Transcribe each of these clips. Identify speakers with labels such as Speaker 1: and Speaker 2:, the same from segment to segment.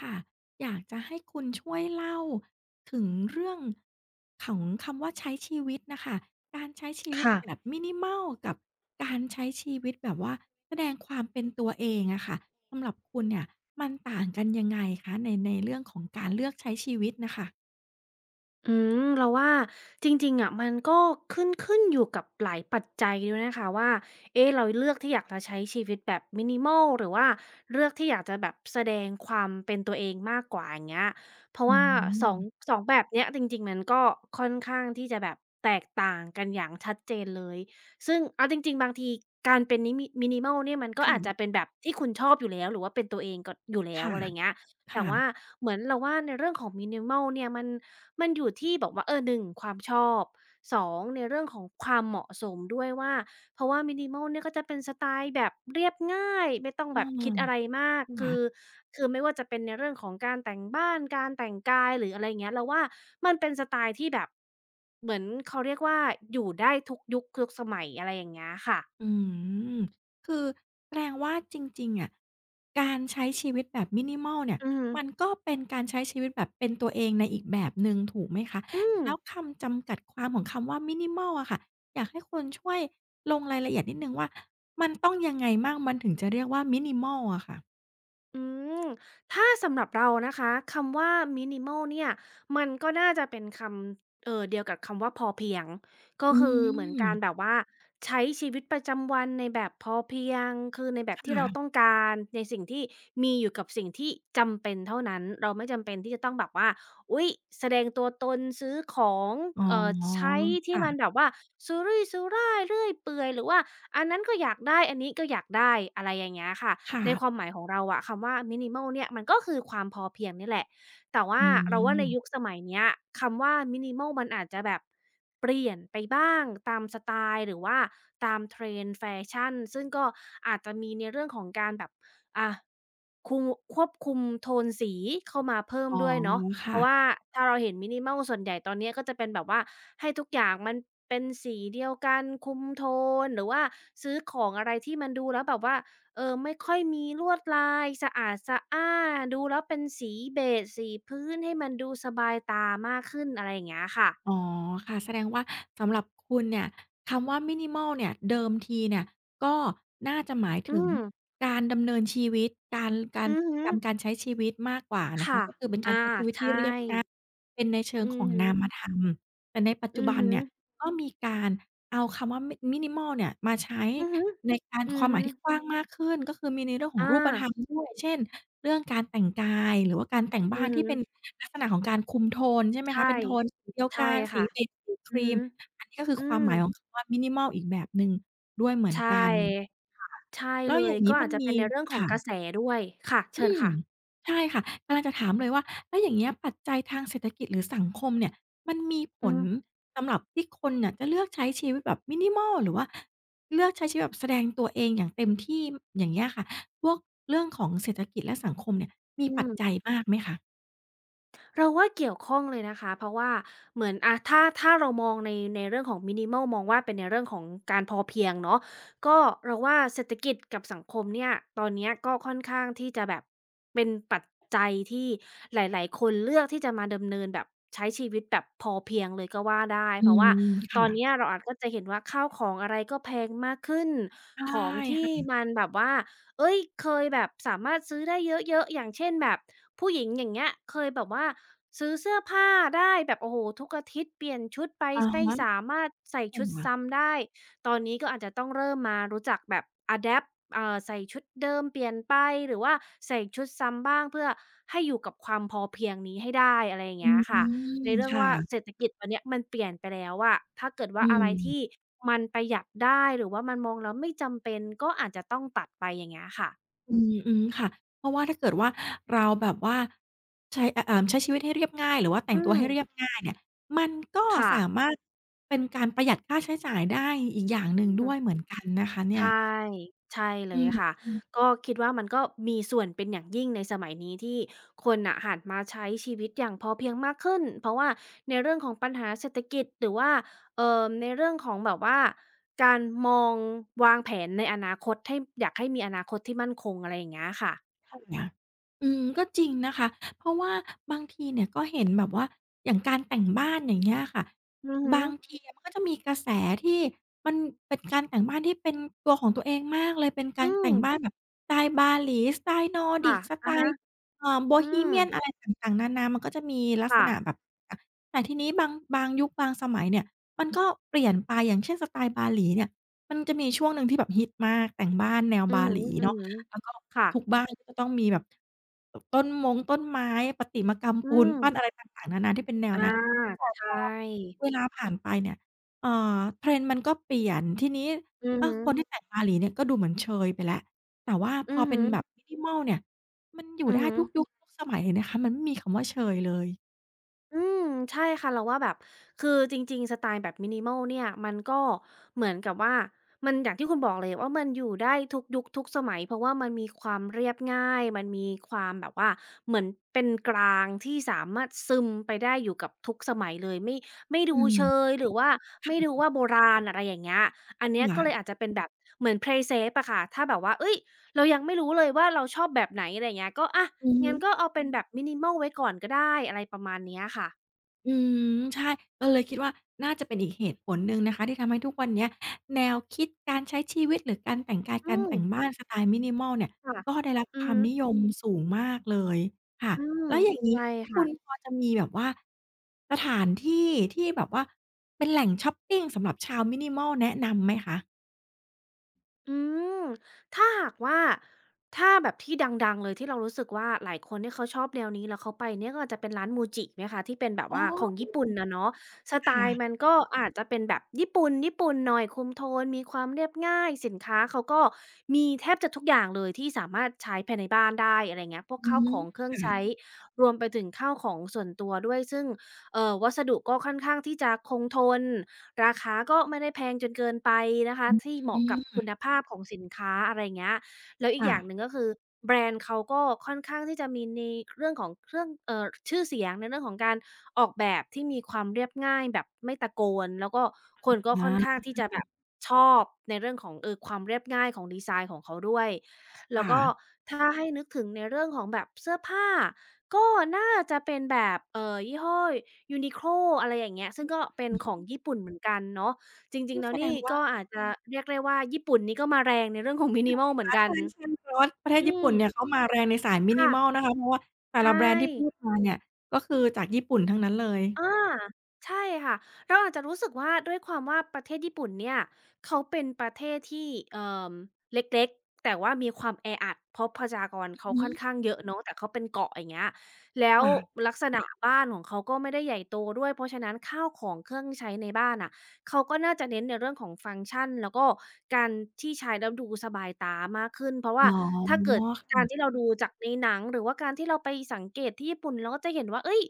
Speaker 1: ค่ะอยากจะให้คุณช่วยเล่าถึงเรื่องของคำว่าใช้ชีวิตน่ะค่ะการใช้ชีวิต
Speaker 2: ค่ะ
Speaker 1: แบบ minimal กับการใช้ชีวิตแบบว่าแสดงความเป็นตัวเองอะค่ะสำหรับคุณเนี่ยมันต่างกันยังไงคะในเรื่องของการเลือกใช้ชีวิตน่ะค่ะ
Speaker 2: อืเราว่าจริงๆอะมันก็ขึ้นอยู่กับหลายปัจจัยด้วยนะคะว่าเอ๊ะเราเลือกที่อยากจะใช้ชีวิตแบบ minimal หรือว่าเลือกที่อยากจะแบบแสดงความเป็นตัวเองมากกว่าอย่างเงี้ยเพราะ
Speaker 1: อื
Speaker 2: ว่า 2- ง
Speaker 1: ม
Speaker 2: สองแบบเนี้ยจริงๆมันก็ค่อนข้างที่จะแบบแตกต่างกันอย่างชัดเจนเลยซึ่งเอาจริงๆบางทีการเป็นminimal เนี่ยมันก็
Speaker 1: ค่ะ
Speaker 2: อาจจะเป็นแบบที่คุณชอบอยู่แล้วหรือว่าเป็นตัวเองก็อยู่แล้ว
Speaker 1: ค่ะ
Speaker 2: อะไรเงี้ย แต่ว่า
Speaker 1: ค่ะ
Speaker 2: เหมือนเราว่าในเรื่องของ minimal เนี่ยมันอยู่ที่แบบว่า1ความชอบ2ในเรื่องของความเหมาะสมด้วยว่าเพราะว่า minimal เนี่ยก็จะเป็นสไตล์แบบเรียบง่ายไม่ต้อง
Speaker 1: เ
Speaker 2: แบบคิดอะไร
Speaker 1: ออ
Speaker 2: มากคือ
Speaker 1: ค่ะ
Speaker 2: คือไม่ว่าจะเป็นในเรื่องของการแต่งบ้านการแต่งกายหรืออะไรอย่างเงี้ยเราว่ามันเป็นสไตล์ที่แบบเหมือนเขาเรียกว่าอยู่ได้ทุกยุคทุกสมัยอะไรอย่างเงี้ยค่ะ
Speaker 1: อืมคือแสดงว่าจริงๆอะการใช้ชีวิตแบบ minimal เนี่ย
Speaker 2: อือ
Speaker 1: มันก็เป็นการใช้ชีวิตแบบเป็นตัวเองในอีกแบบหนึ่งถูกไหมคะ
Speaker 2: อืม
Speaker 1: แล้วคำจำกัดความของคำว่า minimal อะค่ะอยากให้คุณช่วยลงรายละเอียดนิดหนึ่งว่ามันต้องยังไงมั่งมันถึงจะเรียกว่า minimal อะค่ะ
Speaker 2: อืมถ้าสำหรับเรานะคะคำว่า minimal เนี่ยมันก็น่าจะเป็นคำเดียวกับคำว่าพอเพียงก็
Speaker 1: อื
Speaker 2: คือเหมือนการแบบ
Speaker 1: ม
Speaker 2: ว่าใช้ชีวิตประจำวันในแบบพอเพียงคือในแบบที่เราต้อ
Speaker 1: ค่ะ
Speaker 2: งการในสิ่งที่มีอยู่กับสิ่งที่จำเป็นเท่านั้นเราไม่จำเป็นที่จะต้องแบบว่าอุ๊ยแสดงตัวตนซื้อของ
Speaker 1: อ๋อ
Speaker 2: ใช้ที่
Speaker 1: ค่ะ
Speaker 2: มันแบบว่าสุรุ่ยสุร่ายเรื่อยเปื่อยหรือว่าอันนั้นก็อยากได้อันนี้ก็อยากได้อะไรอย่างเงี้ยค่ะ
Speaker 1: ค่ะ
Speaker 2: ในความหมายของเราอะคำว่า minimal เนี่ยมันก็คือความพอเพียงนี่แหละแต่ว่า
Speaker 1: อื
Speaker 2: เราว่าในยุค
Speaker 1: ม
Speaker 2: สมัยเนี้ยคำว่า minimal มันอาจจะแบบเปลี่ยนไปบ้างตามสไตล์หรือว่าตามเทรนด์แฟชั่นซึ่งก็อาจจะมีในเรื่องของการแบบอ่ะคุมควบคุมโทนสีเข้ามาเพิ่ม
Speaker 1: อ๋อ
Speaker 2: ด้วยเนาะเพ
Speaker 1: ค่ะ
Speaker 2: ราะว่าถ้าเราเห็น minimal ส่วนใหญ่ตอนเนี้ยก็จะเป็นแบบว่าให้ทุกอย่างมันเป็นสีเดียวกันคุมโทนหรือว่าซื้อของอะไรที่มันดูแล้วแบบว่า เออไม่ค่อยมีลวดลายสะอาดสะอ้านดูแล้วเป็นสีเบจสีพื้นให้มันดูสบายตามากขึ้นอะไรอย่างเงี้ยค่ะ
Speaker 1: อ๋อค่ะแสดงว่าสำหรับคุณเนี่ยคำว่า minimal เนี่ยเดิมทีเนี่ยก็น่าจะหมาย
Speaker 2: อื
Speaker 1: ถึง
Speaker 2: ม
Speaker 1: การดำเนินชีวิตการกา
Speaker 2: อื
Speaker 1: รพ
Speaker 2: อ
Speaker 1: ฤติ
Speaker 2: ฮึ
Speaker 1: กรรมการใช้ชีวิตมากกว่านะคะ
Speaker 2: ค่ะ
Speaker 1: ก็คือเป็นการ
Speaker 2: อา
Speaker 1: ใช้ชีวิต
Speaker 2: ใช
Speaker 1: ที่
Speaker 2: ่
Speaker 1: เรียบ เป็นในเชิง
Speaker 2: อื
Speaker 1: ข
Speaker 2: อ
Speaker 1: อง
Speaker 2: ฮึ
Speaker 1: นามธรรมแต่ในปัจ
Speaker 2: อื
Speaker 1: จุ
Speaker 2: อ
Speaker 1: บัน
Speaker 2: ฮึ
Speaker 1: เนี่ยก็มีการเอาคำว่าminimal เนี่ยมาใช้
Speaker 2: อือฮึ
Speaker 1: ในการ
Speaker 2: อื
Speaker 1: ค
Speaker 2: อ
Speaker 1: วามห
Speaker 2: ฮึ
Speaker 1: มายที่กว้างมากขึ้นก็คือมีในเรื่องของ
Speaker 2: อา
Speaker 1: รูปธรรมด้วยเช่นเรื่องการแต่งกายหรือว่าการแต่ง
Speaker 2: อื
Speaker 1: บ้า
Speaker 2: อ
Speaker 1: น
Speaker 2: ฮึ
Speaker 1: ที่เป็นลักษณะของการคุมโทนใช่ไหม
Speaker 2: ใช่
Speaker 1: คะเป็นโทนสีเดียว
Speaker 2: ใช่
Speaker 1: กันสี
Speaker 2: ค่ะ
Speaker 1: เบจสีค
Speaker 2: อือ
Speaker 1: รีม
Speaker 2: ฮึ
Speaker 1: อันนี้ก็คือ
Speaker 2: อื
Speaker 1: ความ
Speaker 2: ม
Speaker 1: หมายของคำว่า minimal อีกแบบหนึ่งด้วยเหมือ
Speaker 2: ใช
Speaker 1: นกัน
Speaker 2: ่
Speaker 1: ค่ะ
Speaker 2: ใช่
Speaker 1: แล้ว
Speaker 2: เล
Speaker 1: อ
Speaker 2: ย
Speaker 1: ย่าง
Speaker 2: ก็
Speaker 1: งี้
Speaker 2: อา
Speaker 1: มั
Speaker 2: จ
Speaker 1: น
Speaker 2: จะ
Speaker 1: มี
Speaker 2: เป็นในเรื่องของ
Speaker 1: ค่ะ
Speaker 2: กระแสด้วยค่ะเชิ
Speaker 1: อื
Speaker 2: ญ
Speaker 1: ม
Speaker 2: ค่ะ
Speaker 1: ใช่ค่ะกำลังจะถามเลยว่าแล้วอย่างเงี้ยปัจจัยทางเศรษฐกิจหรือสังคมเนี่ยมันมีผ
Speaker 2: อื
Speaker 1: ล
Speaker 2: ม
Speaker 1: สำหรับที่คนเนี่ยจะเลือกใช้ชีวิตแบบ minimal หรือว่าเลือกใช้ชีวิตแบบแสดงตัวเองอย่างเต็มที่อย่างเงี้ยค่ะพวกเรื่องของเศรษฐกิจและสังคมเนี่ยมี
Speaker 2: อื
Speaker 1: ปัจ
Speaker 2: ม
Speaker 1: จัยมากไหมคะ
Speaker 2: เราว่าเกี่ยวข้องเลยนะคะเพราะว่าเหมือนอะถ้าเรามองในเรื่องของมินิมอลมองว่าเป็นในเรื่องของการพอเพียงเนาะก็เราว่าเศรษฐกิจกับสังคมเนี่ยตอนเนี้ยก็ค่อนข้างที่จะแบบเป็นปัจจัยที่หลายๆคนเลือกที่จะมาดำเนินแบบใช้ชีวิตแบบพอเพียงเลยก็ว่าได้
Speaker 1: อื
Speaker 2: เพราะว่า
Speaker 1: ม
Speaker 2: ตอ
Speaker 1: ค่ะ
Speaker 2: นเนี้ยเราอาจก็จะเห็นว่าข้าวของอะไรก็แพงมากขึ้น
Speaker 1: ใช่
Speaker 2: ของที่
Speaker 1: ค่ะ
Speaker 2: มันแบบว่าเอ้ยเคยแบบสามารถซื้อได้เยอะๆอย่างเช่นแบบผู้หญิงอย่างเงี้ยเคยแบบว่า ซื้อเสื้อผ้าได้แบบโอ้โหทุกอาทิตย์เปลี่ยนชุดไป
Speaker 1: อะ
Speaker 2: ไม่
Speaker 1: ฮะ
Speaker 2: สามารถใส่
Speaker 1: ค
Speaker 2: ชุด
Speaker 1: ่ะ
Speaker 2: ซ้ำได้ตอนนี้ก็อาจจะต้องเริ่มมารู้จักแบบอะแดปต์ใส่ชุดเดิมเปลี่ยนไปหรือว่าใส่ชุดซ้ำบ้างเพื่อให้อยู่กับความพอเพียงนี้ให้ได้อะไรอย่าง
Speaker 1: อื
Speaker 2: เงี้ยค่ะ
Speaker 1: ม
Speaker 2: ในเรื่อง
Speaker 1: ค่ะ
Speaker 2: ว่าเศรษฐกิจตอนเนี้ยมันเปลี่ยนไปแล้วอะถ้าเกิดว่า
Speaker 1: อื
Speaker 2: อะไรที่
Speaker 1: ม
Speaker 2: มันประหยัดได้หรือว่ามันมองแล้วไม่จำเป็นก็อาจจะต้องตัดไปอย่างเงี้ยค่ะ
Speaker 1: อืมอืมค่ะเพราะว่าถ้าเกิดว่าเราแบบว่าใช้ชีวิตให้เรียบง่ายหรือว่าแต่
Speaker 2: อื
Speaker 1: งตัว
Speaker 2: ม
Speaker 1: ให้เรียบง่ายเนี่ยมันก็สา
Speaker 2: ค่ะ
Speaker 1: มารถเป็นการประหยัดค่าใช้จ่ายได้อีกอย่างห
Speaker 2: อื
Speaker 1: นึ่ง
Speaker 2: ม
Speaker 1: ด้วยเหมือนกันนะคะเนี่ย
Speaker 2: ใช่ใช่เล
Speaker 1: อื
Speaker 2: ยค่ะ
Speaker 1: ม
Speaker 2: ก็คิดว่ามันก็มีส่วนเป็นอย่างยิ่งในสมัยนี้ที่คนน่ะหันมาใช้ชีวิตอย่างพอเพียงมากขึ้นเพราะว่าในเรื่องของปัญหาเศรษฐกิจหรือว่าในเรื่องของแบบว่าการมองวางแผนในอนาคตให้อยากให้มีอนาคตที่มั่นคงอะไรอย่างเงี้ยค่ะ
Speaker 1: ค่ะอืมก็จริงนะคะเพราะว่าบางทีเนี่ยก็เห็นแบบว่าอย่างการแต่งบ้านอย่างเงี้ยค่ะ
Speaker 2: อือฮึ
Speaker 1: บางทีอะมันก็จะมีกระแสที่มันเป็นการแต่งบ้านที่เป็นตัวของตัวเองมากเลยเป็น
Speaker 2: อื
Speaker 1: การแต่
Speaker 2: ม
Speaker 1: งบ้านแบบสไตล์บาหลีสไตล์นอร์ดิ
Speaker 2: ค่ะ
Speaker 1: กสไต
Speaker 2: อะฮะ
Speaker 1: ล์
Speaker 2: อืม
Speaker 1: Bohemian อะไรต่างๆนานามันก็จะมีลักษ
Speaker 2: ค่ะ
Speaker 1: ณะแบบอะแต่ทีนี้บางยุคบางสมัยเนี่ยมันก็เปลี่ยนไปอย่างเช่นสไตล์บาหลีเนี่ยมันจะมีช่วงหนึ่งที่แบบฮิตมากแต่งบ้านแนว
Speaker 2: อือ
Speaker 1: บา
Speaker 2: ฮึ
Speaker 1: หลีเนาะแล้วก็
Speaker 2: ๆค่ะ
Speaker 1: ทุกบ้านก็จะต้องมีแบบตต้นมงต้นไม้ประติมากรรม
Speaker 2: อื
Speaker 1: ปูน
Speaker 2: ม
Speaker 1: ปั้นอะไรต่างๆนานาที่เป็นแนว
Speaker 2: อา
Speaker 1: นั้นแต่พ
Speaker 2: ใช่
Speaker 1: อเวลาผ่านไปเนี่ยเอ่อ trend มันก็เปลี่ยนทีนี้
Speaker 2: อือ
Speaker 1: เออ
Speaker 2: ฮึ
Speaker 1: คนที่แต่งบาหลีเนี่ยก็ดูเหมือนเชยไปแล้วแต่ว่า
Speaker 2: อื
Speaker 1: พอ
Speaker 2: อ
Speaker 1: เป็
Speaker 2: ฮึ
Speaker 1: นแบบ minimal เนี่ยมันอยู่
Speaker 2: อือ
Speaker 1: ได้
Speaker 2: ฮึ
Speaker 1: ทุกยุคทุกสมัยเลยนะคะมันไม่มีคำว่าเชยเลย
Speaker 2: อืมใช่ค่ะเราว่าแบบคือจริงๆสไตล์แบบ minimal เนี่ยมันก็เหมือนกับว่ามันอย่างที่คุณบอกเลยว่ามันอยู่ได้ทุกยุคทุกสมัยเพราะว่ามันมีความเรียบง่ายมันมีความแบบว่าเหมือนเป็นกลางที่สามารถซึมไปได้อยู่กับทุกสมัยเลยไม่
Speaker 1: อื
Speaker 2: ดู
Speaker 1: ม
Speaker 2: เชยหรือว่า
Speaker 1: ค่
Speaker 2: ไม่ดู
Speaker 1: ะ
Speaker 2: ว่าโบราณอะไรอย่างเงี้ยอันเนี้ยก็เลยอาจ
Speaker 1: ค่ะ
Speaker 2: จะเป็นแบบเหมือน play safe อะค่ะถ้าแบบว่าเฮ้ยเรายังไม่รู้เลยว่าเราชอบแบบไหนอะไรอย่างเงี้ยก็อะ
Speaker 1: อื
Speaker 2: งั้นก็
Speaker 1: ม
Speaker 2: เอาเป็นแบบ minimal ไว้ก่อนก็ได้อะไรประมาณเนี้ยค่ะ
Speaker 1: อืมใช่ก็เลยคิดว่าน่าจะเป็นอีกเหตุผลหนึ่งนะคะที่ทำให้ทุกวันเนี้ยแนวคิดการใช้ชีวิตหรือการแต่งกาย
Speaker 2: อื
Speaker 1: การ
Speaker 2: ม
Speaker 1: แต่งบ้านสไตล์ minimal เนี่ย
Speaker 2: ค่ะ
Speaker 1: ก็ได้รับ
Speaker 2: อื
Speaker 1: ค
Speaker 2: อ
Speaker 1: วา
Speaker 2: ฮึ
Speaker 1: มนิยมสูงมากเลยค่ะ
Speaker 2: อืม
Speaker 1: แล้วอย่างงี้
Speaker 2: ใช่
Speaker 1: คุณพ
Speaker 2: ค่ะ
Speaker 1: อจะมีแบบว่าสถานที่ที่แบบว่าเป็นแหล่งช็อปปิงสำหรับชาว minimal แนะนำไหมคะ
Speaker 2: อืม ถ้าหากว่าถ้าแบบที่ดังๆเลยที่เรารู้สึกว่าหลายคนที่เขาชอบแนวนี้แล้วเขาไปเนี่ยก็อาจจะเป็นร้าน MUJI ไหมคะที่เป็นแบบ
Speaker 1: อ๋อ
Speaker 2: ว่าของญี่ปุ่นอะเนาะสไต
Speaker 1: ค่ะ
Speaker 2: ล์มันก็อาจจะเป็นแบบญี่ปุ่นญี่ปุ่นหน่อยคุมโทน มีความเรียบง่ายสินค้าเขาก็มีแทบจะทุกอย่างเลยที่สามารถใช้ภายในบ้านได้อะไรเงี้ยพวก
Speaker 1: อือ
Speaker 2: ข้าว
Speaker 1: ฮึ
Speaker 2: ของเครื่องใช้รวมไปถึงข้าวของส่วนตัวด้วยซึ่งวัสดุก็ค่อนข้างที่จะคงทน ราคาก็ไม่ได้แพงจนเกินไปนะคะ
Speaker 1: อื
Speaker 2: ที่เหมาะกับ
Speaker 1: ม
Speaker 2: คุณภาพของสินค้าอะไรเงี้ยแล้วอีกอ
Speaker 1: ค่ะ
Speaker 2: ย่างหนึ่งก็คือแบรนด์เขาก็ค่อนข้างที่จะมีในเรื่องของเครื่องชื่อเสียงในเรื่องของการออกแบบที่มีความเรียบง่ายแบบไม่ตะโกนแล้วก็คนก็ค่อนข้า
Speaker 1: อา
Speaker 2: งที่จะแบบชอบในเรื่องของความเรียบง่ายของดีไซน์ของเขาด้วยแล้ว
Speaker 1: ค่ะ
Speaker 2: ก็ถ้าให้นึกถึงในเรื่องของแบบเสื้อผ้า ก็น่าจะเป็นแบบยี่ห้อ Uniqlo อะไรอย่างเงี้ยซึ่ง
Speaker 1: อื
Speaker 2: ก็เป็นของญี่ปุ่นเหมือนกันเนาะจริ
Speaker 1: ม
Speaker 2: งๆแล้ว
Speaker 1: แสด
Speaker 2: นี่
Speaker 1: ง
Speaker 2: ก็
Speaker 1: ว่า
Speaker 2: อาจจะเรียกได้ว่าญี่ปุ่นนี่ก็มาแรงในเรื่องของ minimal เหมือน
Speaker 1: ใช่
Speaker 2: กัน
Speaker 1: ใช่เพราะว่าประ
Speaker 2: อื
Speaker 1: เทศญี่ปุ่นเนี่ยเขา
Speaker 2: ม
Speaker 1: มาแรงในสาย
Speaker 2: ค่ะ
Speaker 1: minimal นะคะเพราะว่าแต่
Speaker 2: ใช
Speaker 1: ละแบร
Speaker 2: ่
Speaker 1: นด์ที่พูดมาเนี่ยก็คือจากญี่ปุ่นทั้งนั้นเลย
Speaker 2: อาใช่ค่ะเราอาจจะรู้สึกว่าด้วยความว่าประเทศญี่ปุ่นเนี่ยเขาเป็นประเทศที่อเล็กๆแต่ว่ามีความแออัดเพราะประชากร
Speaker 1: อือ
Speaker 2: เขา
Speaker 1: ฮึ
Speaker 2: ค่อนข้างเยอะเนาะแต่เขาเป็นเกาะอย่างเงี้ยแล้ว
Speaker 1: ค่ะ
Speaker 2: ลักษณะบ้านของเขาก็ไม่ได้ใหญ่โตด้วยเพราะฉะนั้นข้าวของเครื่องใช้ในบ้านน่ะเขาก็น่าจะเน้นในเรื่องของฟังก์ชันแล้วก็การที่ใช้แล้วดูสบายตามากขึ้นเพราะว่า
Speaker 1: อ๋อ
Speaker 2: ถ้าเกิดการที่
Speaker 1: ค่ะ
Speaker 2: เราดูจากในหนังหรือว่าการที่เราไปสังเกตที่ญี่ปุ่นเราก็จะเห็นว่าเฮ้ย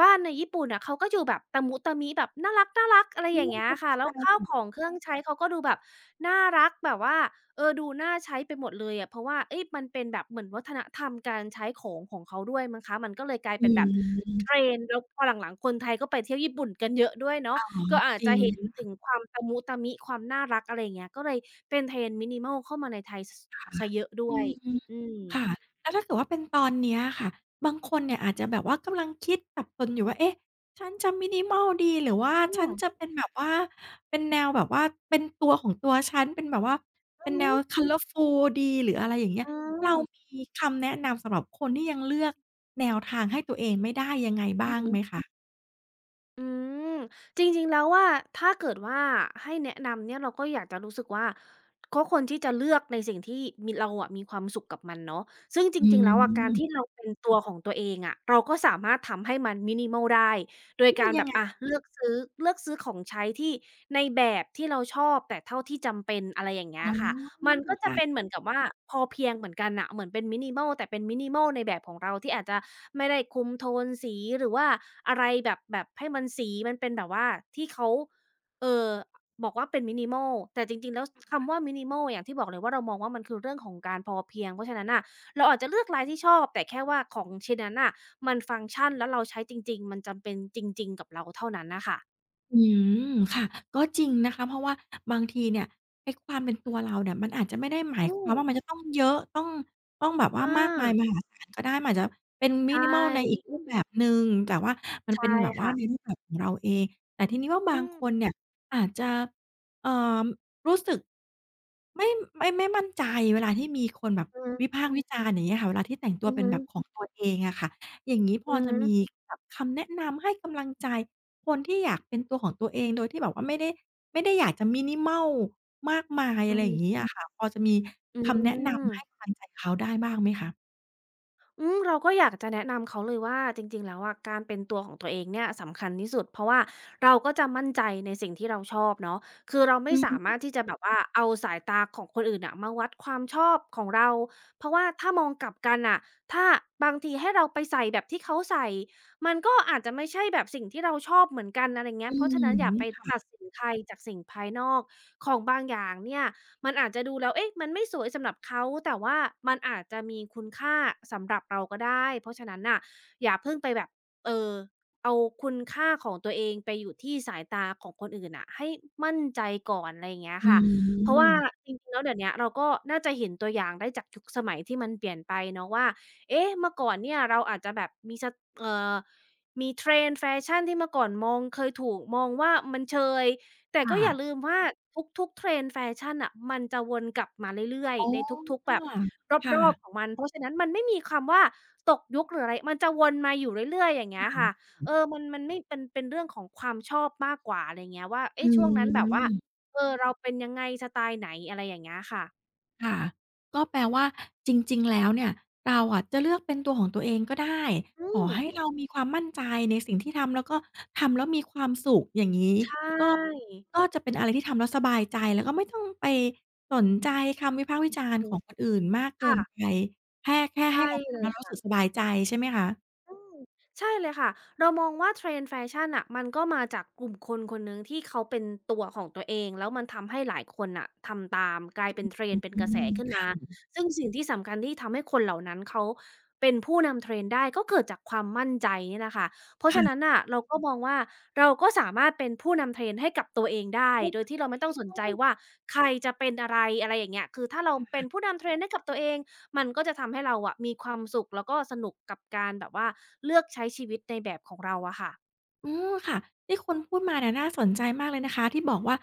Speaker 2: บ้านในญี่ปุ่นน่ะเขาก็อยู่แบบตะมุตะมิแบบน่ารักๆอะไร
Speaker 1: อื
Speaker 2: อย่าง
Speaker 1: ม
Speaker 2: เงี้ยค่ะแล้ว
Speaker 1: ใช่
Speaker 2: ข้าวของเครื่องใช้เขาก็ดูแบบน่ารักแบบว่าดูน่าใช้ไปหมดเลยอะเพราะว่าเอ๊ยมันเป็นแบบเหมือนวัฒนธรรมการใช้ของของเขาด้วยมั้งคะมันก็เลยกลาย
Speaker 1: ๆอื
Speaker 2: เป็นแบบ
Speaker 1: ม
Speaker 2: trend แล้วพอหลังๆคนไทยก็ไปเที่ยวญี่ปุ่นกันเยอะด้วยเนาะก็อาจ
Speaker 1: จ
Speaker 2: จะ
Speaker 1: ริง
Speaker 2: เห็นถึงความตะมุตะมิความน่ารักอะไรอย่างเงี้ยก็เลยเป็น trend minimal เข้ามาในไทยส
Speaker 1: ค่ะ
Speaker 2: เสียเยอะด้
Speaker 1: อื
Speaker 2: วย
Speaker 1: ม
Speaker 2: อื
Speaker 1: ค่ะ
Speaker 2: ม
Speaker 1: แล้วถ้าเกิดว่าเป็นตอนเนี้ยค่ะบางคนเนี่ยอาจจะแบบว่ากำลังคิดสับสนอยู่ว่าเอ๊ะฉันจะ minimal ดีหรือว่า
Speaker 2: อื
Speaker 1: ฉันจะ
Speaker 2: ม
Speaker 1: เป็นแบบว่าเป็นแนวแบบว่าเป็นตัวของตัวฉันเป็นแบบว่า
Speaker 2: อื
Speaker 1: เป็
Speaker 2: อ
Speaker 1: น
Speaker 2: ฮึ
Speaker 1: แนว Colorful ดีหรืออะไรอย่างเงี้ย
Speaker 2: อื
Speaker 1: เรา
Speaker 2: ม
Speaker 1: มีคำแนะนำสำหรับคนที่ยังเลือกแนวทางให้ตัวเองไม่ได้ยังไง
Speaker 2: อือ
Speaker 1: บ้าง
Speaker 2: ฮึ
Speaker 1: ไหมคะ
Speaker 2: อืมจริงๆแล้วว่าถ้าเกิดว่าให้แนะนำเนี่ยเราก็อยากจะรู้สึกว่าก็ควรที่จะเลือกในสิ่งที่มีเราอะมีความสุขกับมันเนาะซึ่งจ
Speaker 1: อื
Speaker 2: ริงๆแล้วอะการที่
Speaker 1: ม
Speaker 2: เราเป็นตัวของตัวเองอะเราก็สามารถทำให้มัน minimal ได้โดย
Speaker 1: โอ้
Speaker 2: การแบ
Speaker 1: ยัง
Speaker 2: บ
Speaker 1: ไง
Speaker 2: อะเลือกซื้อของใช้ที่ในแบบที่เราชอบแต่เท่าที่จำเป็นอะไรอย่างเงี้ย
Speaker 1: อ๋อ
Speaker 2: ค่ะ มันก็จะ
Speaker 1: ค่ะ
Speaker 2: เป็นเหมือนกับว่าพอเพียงเหมือนกันน่ะเหมือนเป็น minimal แต่เป็น minimal ในแบบของเราที่อาจจะไม่ได้คุมโทนสีหรือว่าอะไรแบบให้มันสีมันเป็นแบบว่าที่เขาเอ่อบอกว่าเป็น minimal แต่จริงๆแล้วคำว่า minimal อย่างที่บอกเลยว่าเรามองว่ามันคือเรื่องของการพอเพียงเพราะฉะนั้นน่ะเราอาจจะเลือกลายที่ชอบแต่แค่ว่าของชิ้นนั้นน่ะมันฟังก์ชันแล้วเราใช้จริงๆมันจำเป็นจริงๆกับเราเท่านั้นน่ะค่ะ
Speaker 1: อืมค่ะก็จริงนะคะเพราะว่าบางทีเนี่ยไอ้ความเป็นตัวเราเนี่ยมันอาจจะไม่ได้หมาย
Speaker 2: อื
Speaker 1: ความ
Speaker 2: ม
Speaker 1: ว่ามันจะต้องเยอะต้องแบบ
Speaker 2: อ
Speaker 1: ว่ามากมายม
Speaker 2: า
Speaker 1: หาศาลก็ได้มันอาจจะเป็น
Speaker 2: ใช่
Speaker 1: minimal ในอีกรูปแบบหนึ่งแต่ว่ามัน
Speaker 2: ใช่
Speaker 1: เป็นแบบว่า
Speaker 2: ค่ะ
Speaker 1: ในรูปแบบของเราเองแต่ทีนี้ว่า
Speaker 2: อื
Speaker 1: บาง
Speaker 2: ม
Speaker 1: คนเนี่ยอาจจะเอ่อรู้สึกไม่ไม่มั่นใจเวลาที่มีคนแบบ
Speaker 2: อือ
Speaker 1: วิพากษ์วิจารณ์อย่างเงี้ยค่ะเวลาที่แต่งตั
Speaker 2: อื
Speaker 1: ว
Speaker 2: อ
Speaker 1: เป็น
Speaker 2: ฮึ
Speaker 1: แบบของตัวเองอะค่ะ อย่างงี้พอ
Speaker 2: อือ
Speaker 1: จะ
Speaker 2: ฮึ
Speaker 1: มีแบบคำแนะนำให้กำลังใจคนที่อยากเป็นตัวของตัวเองโดยที่แบบว่าไม่ได้อยากจะ minimal มากมาย
Speaker 2: อื
Speaker 1: อะ
Speaker 2: อ
Speaker 1: ไรอ
Speaker 2: ฮึ
Speaker 1: ย่างงี้อะค่ะพอจะมี
Speaker 2: อื
Speaker 1: คำแนะนำให้
Speaker 2: ม
Speaker 1: กำลังใจเขาได้บ้างไหมคะ
Speaker 2: อืมเราก็อยากจะแนะนำเขาเลยว่าจริงๆแล้วอะการเป็นตัวของตัวเองเนี่ยสำคัญที่สุดเพราะว่าเราก็จะมั่นใจในสิ่งที่เราชอบเนาะคือเราไม่
Speaker 1: อื
Speaker 2: สามาร
Speaker 1: ม
Speaker 2: ถที่จะแบบว่าเอาสายตาของคนอื่นน่ะมาวัดความชอบของเราเพราะว่าถ้ามองกลับกันน่ะถ้าบางทีให้เราไปใส่แบบที่เขาใส่มันก็อาจจะไม่ใช่แบบสิ่งที่เราชอบเหมือนกันอะไรเงี้ย
Speaker 1: อื
Speaker 2: เพราะฉะนั้นอย่า
Speaker 1: ม
Speaker 2: ไปตั
Speaker 1: ค่ะ
Speaker 2: ดสินใครจากสิ่งภายนอกของบางอย่างเนี่ย มันอาจจะดูแล้วเอ๊ะมันไม่สวยสำหรับเขาแต่ว่ามันอาจจะมีคุณค่าสำหรับเราก็ได้เพราะฉะนั้นน่ะอย่าเพิ่งไปแบบเอ่อเอาคุณค่าของตัวเองไปอยู่ที่สายตาของคนอื่นน่ะให้มั่นใจก่อนอะไรอย่างเงี้ย
Speaker 1: อื
Speaker 2: ค่ะเพราะว่า
Speaker 1: ม
Speaker 2: จริงๆแล้วเดี๋ยวเนี้ยเราก็น่าจะเห็นตัวอย่างได้จากยุคสมัยที่มันเปลี่ยนไปเนาะว่าเอ๊ะเมื่อก่อนเนี่ยเราอาจจะแบบมีสเอ่อมี trend แฟชั่นที่เมื่อก่อนมองเคยถูกมองว่ามันเชย แต่ก็
Speaker 1: ค่ะ
Speaker 2: อย่าลืมว่าทุกๆ trend แฟชั่นน่ะมันจะวนกลับมาเรื่อย
Speaker 1: อ๋อ
Speaker 2: ๆในทุกๆแบบ
Speaker 1: ค่ะค
Speaker 2: รอบๆของ
Speaker 1: ่ะ
Speaker 2: มันเพราะฉะนั้นมันไม่มีคำว่าตกยุคหรืออะไรมันจะวนมาอยู่เรื่อยๆอย่างเงี้ยค่ะ
Speaker 1: ค่ะ
Speaker 2: เออมันไม่เป็นเรื่องของความชอบมากกว่าอะไรเงี้ยว่าเอ๊ะ
Speaker 1: อื
Speaker 2: ช่วงนั้นแบบว่า
Speaker 1: ม
Speaker 2: เออเราเป็นยังไงสไตล์ไหนอะไรอย่างเงี้ยค่ะ
Speaker 1: ค่ะก็แปลว่าจริงๆแล้วเนี่ยเราอะจะเลือกเป็นตัวของตัวเองก็ได้
Speaker 2: อื
Speaker 1: ขอ
Speaker 2: ม
Speaker 1: ให้เรามีความมั่นใจในสิ่งที่ทำแล้วก็ทำแล้วมีความสุขอย่างงี้
Speaker 2: ใช
Speaker 1: ก็
Speaker 2: ่
Speaker 1: ก็จะเป็นอะไรที่ทำแล้วสบายใจแล้วก็ไม่ต้องไปสนใจคำวิพากษ์วิจารณ์
Speaker 2: อื
Speaker 1: ข
Speaker 2: อ
Speaker 1: องคนอื่นมากเกิ
Speaker 2: ค่ะ
Speaker 1: นไปแค่
Speaker 2: ใช่
Speaker 1: ให้เรา
Speaker 2: เล
Speaker 1: ทำ
Speaker 2: ย
Speaker 1: แล้วรู้สึก
Speaker 2: ค่ะ
Speaker 1: สบายใจใช่ไหมคะ
Speaker 2: อืมใช่เลยค่ะเรามองว่า trend แฟชั่นน่ะมันก็มาจากกลุ่มคนคนหนึ่งที่เขาเป็นตัวของตัวเองแล้วมันทำให้หลายคนน่ะทำตามกลายเป็น trend เป็น
Speaker 1: อื
Speaker 2: กระแสขึ้น
Speaker 1: ม
Speaker 2: มาซึ่งสิ่งที่สำคัญที่ทำให้คนเหล่านั้นเขาเป็นผู้นำ trend ได้ก็เกิดจากความมั่นใจนี่แหละค่ะเพราะฉะนั้
Speaker 1: ค่ะ
Speaker 2: นน่ะเราก็มองว่าเราก็สามารถเป็นผู้นำ trend ให้กับตัวเองได้
Speaker 1: เข้า
Speaker 2: โด
Speaker 1: ใจ
Speaker 2: ยที่เราไม่ต้องส
Speaker 1: เพ
Speaker 2: น
Speaker 1: ราะ
Speaker 2: ใจ
Speaker 1: ว่า
Speaker 2: ว่าใครจะเป็นอะไรอะไรอย่างเงี้ยคือถ้าเราเป็นผู้นำ trend ให้กับตัวเอง มันก็จะทำให้เราอะมีความสุขแล้วก็สนุกกับการแบบว่าเลือกใช้ชีวิตในแบบของเราอะค่ะ
Speaker 1: อืมค่ะที่คุณพูดมาเนี่ยน่าสนใจมากเลยนะคะที่บอกว่า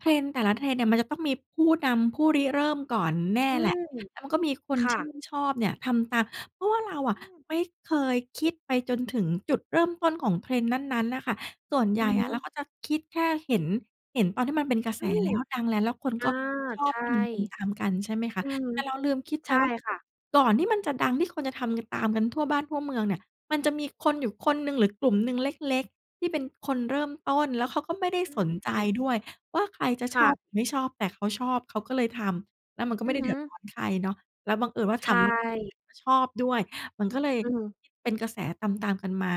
Speaker 1: trend แต่ละ trend เนี่ยมันจะต้องมีผู้นำผู้ริเริ่มก่อนแน่
Speaker 2: อื
Speaker 1: แหละ
Speaker 2: ม
Speaker 1: แล้วมันก็มีคน
Speaker 2: ค่ะ
Speaker 1: ชื่นชอบเนี่ยทำตามเพราะว่าเราอะ
Speaker 2: อืม
Speaker 1: ไม่เคยคิดไปจนถึงจุดเริ่มต้นของ trend นั้นๆน่ะค่ะส่วนให
Speaker 2: อื
Speaker 1: ญ่
Speaker 2: อฮึ
Speaker 1: อะเราก็จะคิดแค่เห็นตอนที่มันเป็นกระแส
Speaker 2: อืม
Speaker 1: แล้วดังแล้วแล้วคนก็
Speaker 2: อา
Speaker 1: ชอบ
Speaker 2: ใช่
Speaker 1: ทำตามๆกันใช่ไหมคะ
Speaker 2: อืม
Speaker 1: แต่เราลืมคิดไป
Speaker 2: ใช่
Speaker 1: ว่า
Speaker 2: ค่ะ
Speaker 1: ก่อนที่มันจะดังที่คนจะทำกันตามกันทั่วบ้านทั่วเมืองเนี่ยมันจะมีคนอยู่คนหนึ่งหรือกลุ่มหนึ่งเล็กๆ ที่เป็นคนเริ่มต้นแล้วเขาก็ไม่ได้
Speaker 2: อ
Speaker 1: สนใจ
Speaker 2: ืม
Speaker 1: ด้วยว่าใครจะช
Speaker 2: ค่ะ
Speaker 1: อบหรือไม่ชอบแต่เขาชอบเขาก็เลยทำแล้วมันก็
Speaker 2: อื
Speaker 1: ไม่
Speaker 2: อ
Speaker 1: ได้
Speaker 2: ฮึ
Speaker 1: เดือดร้อนใครเนาะแล้วบังเอิญว่า
Speaker 2: ใช
Speaker 1: ทำ คนอื่
Speaker 2: ่
Speaker 1: นก็ชอบด้วยมันก็เลย
Speaker 2: อือฮึ
Speaker 1: เป็นกระแสตามๆกันมา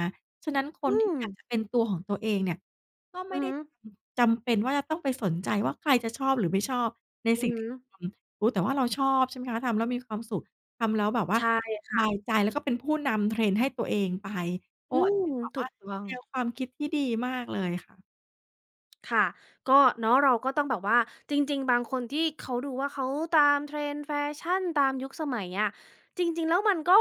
Speaker 1: ฉะนั้นค
Speaker 2: อื
Speaker 1: นที่
Speaker 2: ม
Speaker 1: อยากจะเป็นตัวของตัวเองเนี่ยก็
Speaker 2: อื
Speaker 1: ไม่
Speaker 2: อ
Speaker 1: ได้
Speaker 2: ฮึ
Speaker 1: จำเป็นว่าจะต้องไปสนใจว่าใครจะชอบหรือไม่ชอบใน
Speaker 2: อือ
Speaker 1: สิ่ง
Speaker 2: ฮึ
Speaker 1: ที่ทำรู้แต่ว่าเราชอบใช่ไหมคะทำแล้วมีความสุขทำแล้วแบบว่า
Speaker 2: ใช่
Speaker 1: ส
Speaker 2: ค่ะ
Speaker 1: บายใจแล้วก็เป็นผู้นำ trend ให้ตัวเองไป โอ้
Speaker 2: อื
Speaker 1: อันนี้
Speaker 2: ม
Speaker 1: เป็นแบบ
Speaker 2: ถู
Speaker 1: ว่า
Speaker 2: กต้อง
Speaker 1: แนวความคิดที่ดีมากเลยค่ะ
Speaker 2: ค่ะก็เนาะเราก็ต้องแบบว่าจริงๆบางคนที่เขาดูว่าเขาตาม Trend แฟชั่นตามยุคสมัยอะจริงๆแล้วมันก็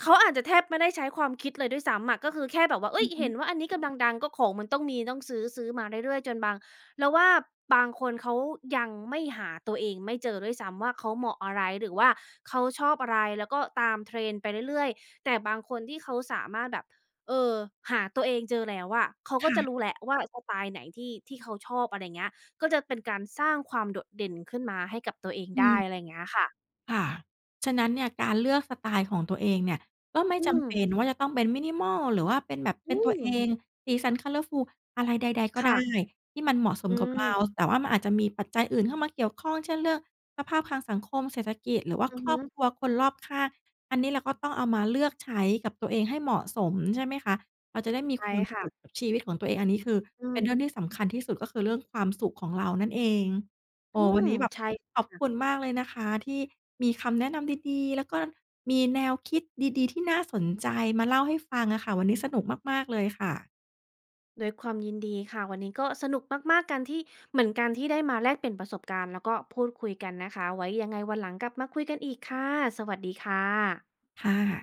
Speaker 2: เขาอาจจะแทบไม่ได้ใช้ความคิดเลยด้วยซ้ำอะก็คือแค่แบบว่าเฮ้
Speaker 1: อื
Speaker 2: ย
Speaker 1: อฮึ
Speaker 2: เห็นว่าอันนี้กำลังดังก็ของมันต้องมีต้องซื้อซื้อมาเรื่อยๆจนบางเราว่าบางคนเขายังไม่หาตัวเองไม่เจอด้วยซ้ำว่าเขาเหมาะอะไรหรือว่าเขาชอบอะไรแล้วก็ตาม Trend ไปเรื่อยๆแต่บางคนที่เขาสามารถแบบ เออหาตัวเองเจอแล้วอะเขาก็จะรู้
Speaker 1: ค่ะ
Speaker 2: แล้วว่าสไตล์ไหนที่ที่เขาชอบอะไร่าเงี้ยก็จะเป็นการสร้างความโดดเด่นขึ้นมาให้กับตัวเอง
Speaker 1: อื
Speaker 2: ได้
Speaker 1: ม
Speaker 2: อะไรเงี้ยค่ะ
Speaker 1: ค่ะฉะนั้นเนี่ยการเลือกสไตล์ของตัวเองเนี่ยก็ไม่
Speaker 2: อืม
Speaker 1: จำเป็นว่าจะต้องเป็น minimal หรือว่าเป็นแบบ
Speaker 2: อื
Speaker 1: เป็นตัว
Speaker 2: ม
Speaker 1: เองสีสัน colorful อะไรใดๆก็
Speaker 2: ค่ะ
Speaker 1: ได้ที่มันเหมาะส
Speaker 2: อื
Speaker 1: มกับเรา
Speaker 2: ม
Speaker 1: แต่ว่ามันอาจจะมีปัจจัยอื่นเข้ามาเกี่ยวข้องเช่นเรื่องสภาพทางสังคมเศรษฐกิจหรือว่า
Speaker 2: อือ
Speaker 1: คร
Speaker 2: ฮึ
Speaker 1: อบครัวคนรอบข้างอันนี้เราก็ต้องเอามาเลือกใช้กับตัวเองให้เหมาะสมใช่ไหมคะเราจะได้มี
Speaker 2: ใช่
Speaker 1: ความสุข
Speaker 2: ค่ะ
Speaker 1: กับชีวิตของตัวเองอันนี้คือ
Speaker 2: อื
Speaker 1: เป็นเรื่อง
Speaker 2: ม
Speaker 1: ที่สำคัญที่สุดก็คือเรื่องความสุขของเรานั่นเอง
Speaker 2: อื
Speaker 1: โอ้วั
Speaker 2: ม
Speaker 1: นนี้แบบ
Speaker 2: ใช่
Speaker 1: ขอบคุณมากเลยนะคะที่มีคำแนะนำดีๆ แล้วก็มีแนวคิดดีๆ ที่น่าสนใจมาเล่าให้ฟังอะค่ะวันนี้สนุกมากๆเลยค่ะ
Speaker 2: ด้วยความยินดีค่ะวันนี้ก็สนุกมากๆกันที่เหมือนกันที่ได้มาแลกเปลี่ยนประสบการณ์แล้วก็พูดคุยกันนะคะไว้ยังไงวันหลังกลับมาคุยกันอีกค่ะสวัสดีค่ะ
Speaker 1: ค่ะ